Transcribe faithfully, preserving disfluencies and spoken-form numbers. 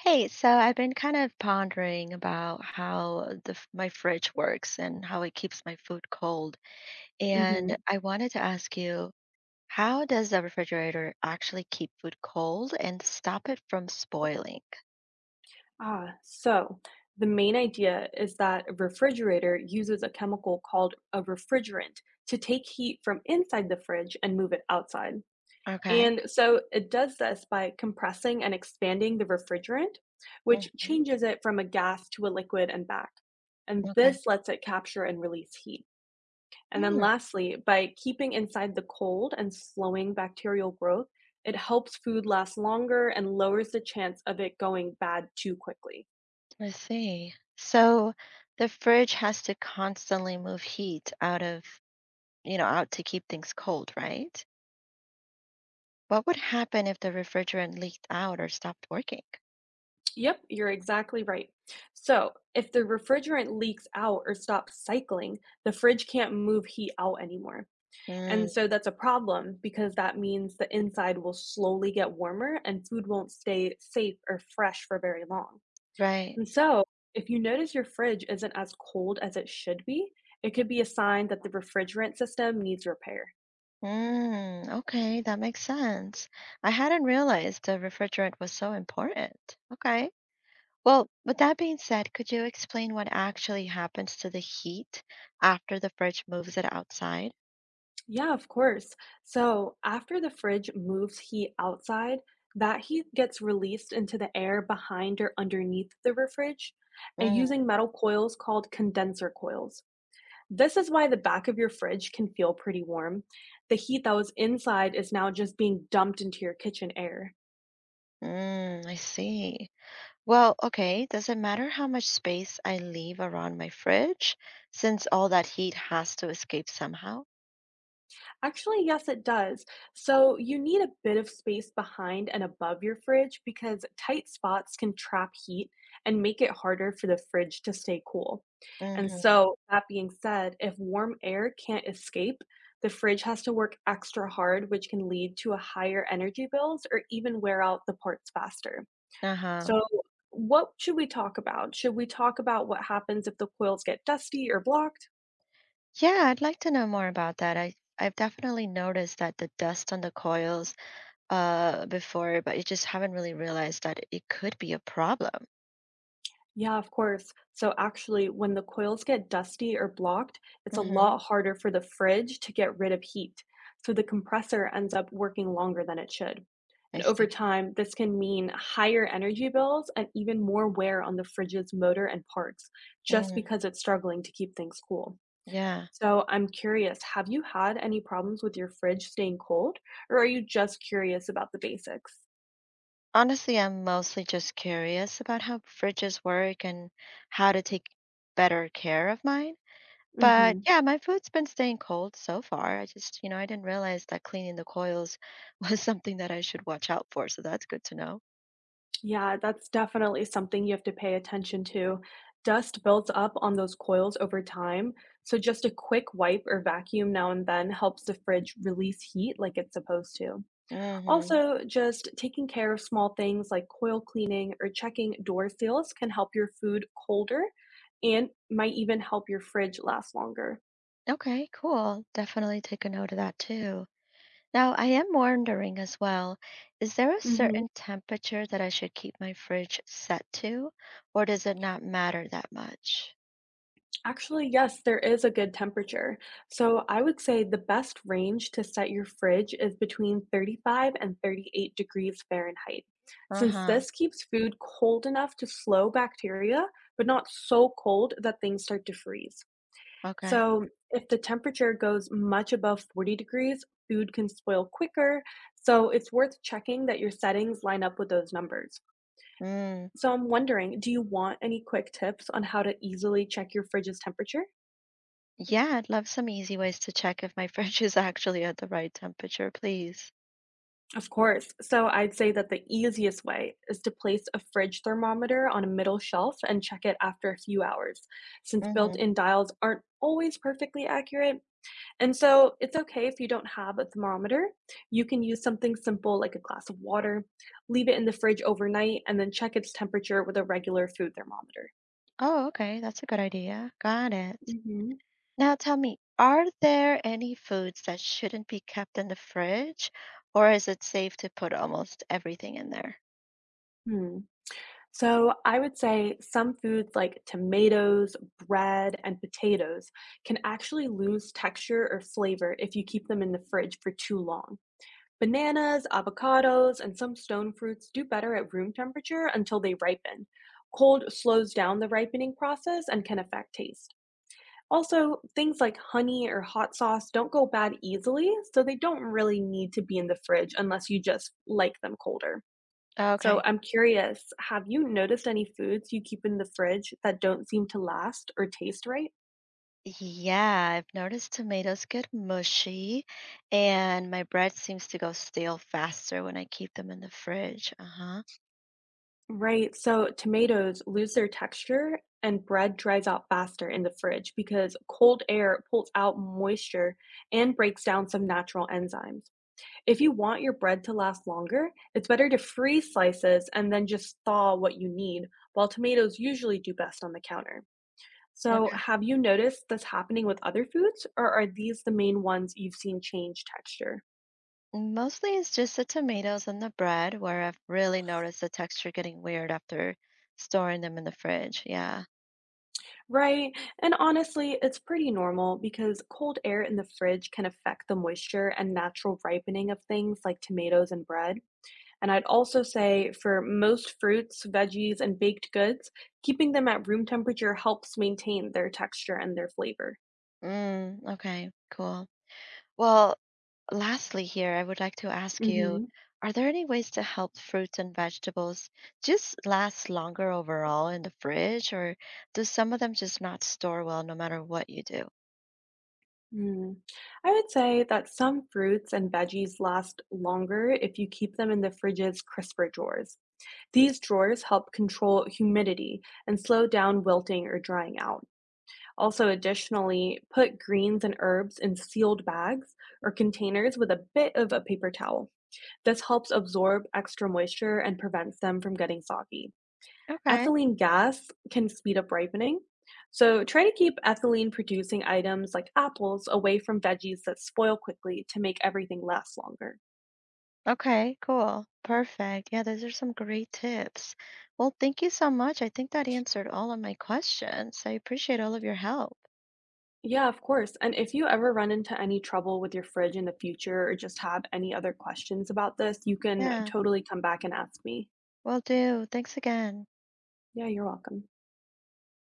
Hey, so I've been kind of pondering about how the f- my fridge works and how it keeps my food cold. And Mhm. I wanted to ask you, how does the refrigerator actually keep food cold and stop it from spoiling? Ah, so the main idea is that a refrigerator uses a chemical called a refrigerant to take heat from inside the fridge and move it outside. Okay. And so it does this by compressing and expanding the refrigerant, which Hmm. changes it from a gas to a liquid and back. And Okay. this lets it capture and release heat. And then Hmm, lastly, by keeping inside the cold and slowing bacterial growth, it helps food last longer and lowers the chance of it going bad too quickly. I see. So the fridge has to constantly move heat out of, you know, out to keep things cold, right? What would happen if the refrigerant leaked out or stopped working? Yep, you're exactly right. So, if the refrigerant leaks out or stops cycling, the fridge can't move heat out anymore. Mm, And so that's a problem because that means the inside will slowly get warmer and food won't stay safe or fresh for very long. right. And so, if you notice your fridge isn't as cold as it should be, it could be a sign that the refrigerant system needs repair. Mm, okay, that makes sense. I hadn't realized the refrigerant was so important. Okay. Well, with that being said, could you explain what actually happens to the heat after the fridge moves it outside? Yeah, of course. So, after the fridge moves heat outside, that heat gets released into the air behind or underneath the fridge and Mm. using metal coils called condenser coils. This is why the back of your fridge can feel pretty warm. The heat that was inside is now just being dumped into your kitchen air. Mm, I see. Well, okay, does it matter how much space I leave around my fridge since all that heat has to escape somehow? Actually, yes, it does. So you need a bit of space behind and above your fridge because tight spots can trap heat and make it harder for the fridge to stay cool. And Mm-hmm. so, that being said, if warm air can't escape, the fridge has to work extra hard, which can lead to a higher energy bills or even wear out the parts faster. Uh-huh. So, what should we talk about? Should we talk about what happens if the coils get dusty or blocked? Yeah, I'd like to know more about that. I I've definitely noticed that the dust on the coils uh before, but you just haven't really realized that it could be a problem. Yeah, of course. So actually, when the coils get dusty or blocked, it's a Mm-hmm. lot harder for the fridge to get rid of heat. So the compressor ends up working longer than it should. I And see. over time, this can mean higher energy bills and even more wear on the fridge's motor and parts, just Mm, because it's struggling to keep things cool. yeah. So I'm curious, have you had any problems with your fridge staying cold, or are you just curious about the basics? Honestly, I'm mostly just curious about how fridges work and how to take better care of mine. But Mm-hmm. yeah, my food's been staying cold so far. I just, you know, I didn't realize that cleaning the coils was something that I should watch out for, so that's good to know. Yeah, that's definitely something you have to pay attention to. Dust builds up on those coils over time, so just a quick wipe or vacuum now and then helps the fridge release heat like it's supposed to. Mm-hmm. Also, just taking care of small things like coil cleaning or checking door seals can help your food colder and might even help your fridge last longer. Okay, cool. Definitely take a note of that too. Now, I am wondering as well, is there a Mhm. certain temperature that I should keep my fridge set to, or does it not matter that much? Actually, yes, there is a good temperature. So I would say the best range to set your fridge is between thirty-five and thirty-eight degrees Fahrenheit, since Uh-huh. this keeps food cold enough to slow bacteria, but not so cold that things start to freeze. Okay. So if the temperature goes much above forty degrees, food can spoil quicker. So it's worth checking that your settings line up with those numbers. Mm. So I'm wondering, do you want any quick tips on how to easily check your fridge's temperature? Yeah, I'd love some easy ways to check if my fridge is actually at the right temperature, please. Of course. So I'd say that the easiest way is to place a fridge thermometer on a middle shelf and check it after a few hours, since built Mm-hmm. in dials aren't always perfectly accurate. And so it's okay if you don't have a thermometer. You can use something simple like a glass of water, leave it in the fridge overnight, and then check its temperature with a regular food thermometer. Oh, okay. That's a good idea. Got it. Hmm. Now tell me, are there any foods that shouldn't be kept in the fridge, or is it safe to put almost everything in there? So, I would say some foods like tomatoes, bread, and potatoes can actually lose texture or flavor if you keep them in the fridge for too long. Bananas, avocados, and some stone fruits do better at room temperature until they ripen. Cold slows down the ripening process and can affect taste. Also, things like honey or hot sauce don't go bad easily, so they don't really need to be in the fridge unless you just like them colder. So Okay. I'm curious, have you noticed any foods you keep in the fridge that don't seem to last or taste right? Yeah, I've noticed tomatoes get mushy, and my bread seems to go stale faster when I keep them in the fridge. Uh-huh. Right. So tomatoes lose their texture and bread dries out faster in the fridge because cold air pulls out moisture and breaks down some natural enzymes. If you want your bread to last longer, it's better to freeze slices and then just thaw what you need, while tomatoes usually do best on the counter. So, Okay. have you noticed this happening with other foods, or are these the main ones you've seen change texture? Mostly it's just the tomatoes and the bread where I've really noticed the texture getting weird after storing them in the fridge. Yeah. Right, and honestly, it's pretty normal because cold air in the fridge can affect the moisture and natural ripening of things like tomatoes and bread. And I'd also say for most fruits, veggies, and baked goods, keeping them at room temperature helps maintain their texture and their flavor. Mm, okay, cool. Well, lastly, here, I would like to ask you, Hmm. are there any ways to help fruits and vegetables just last longer overall in the fridge, or do some of them just not store well no matter what you do? Hmm. I would say that some fruits and veggies last longer if you keep them in the fridge's crisper drawers. These drawers help control humidity and slow down wilting or drying out. Also, additionally, put greens and herbs in sealed bags or containers with a bit of a paper towel. This helps absorb extra moisture and prevents them from getting soggy. Okay. Ethylene gas can speed up ripening, so try to keep ethylene producing items like apples away from veggies that spoil quickly to make everything last longer. Okay, cool. Perfect. Yeah, those are some great tips. Well, thank you so much. I think that answered all of my questions. I appreciate all of your help. Yeah, of course. And if you ever run into any trouble with your fridge in the future or just have any other questions about this, you can Yeah, totally come back and ask me. will do. Thanks again. Yeah, you're welcome.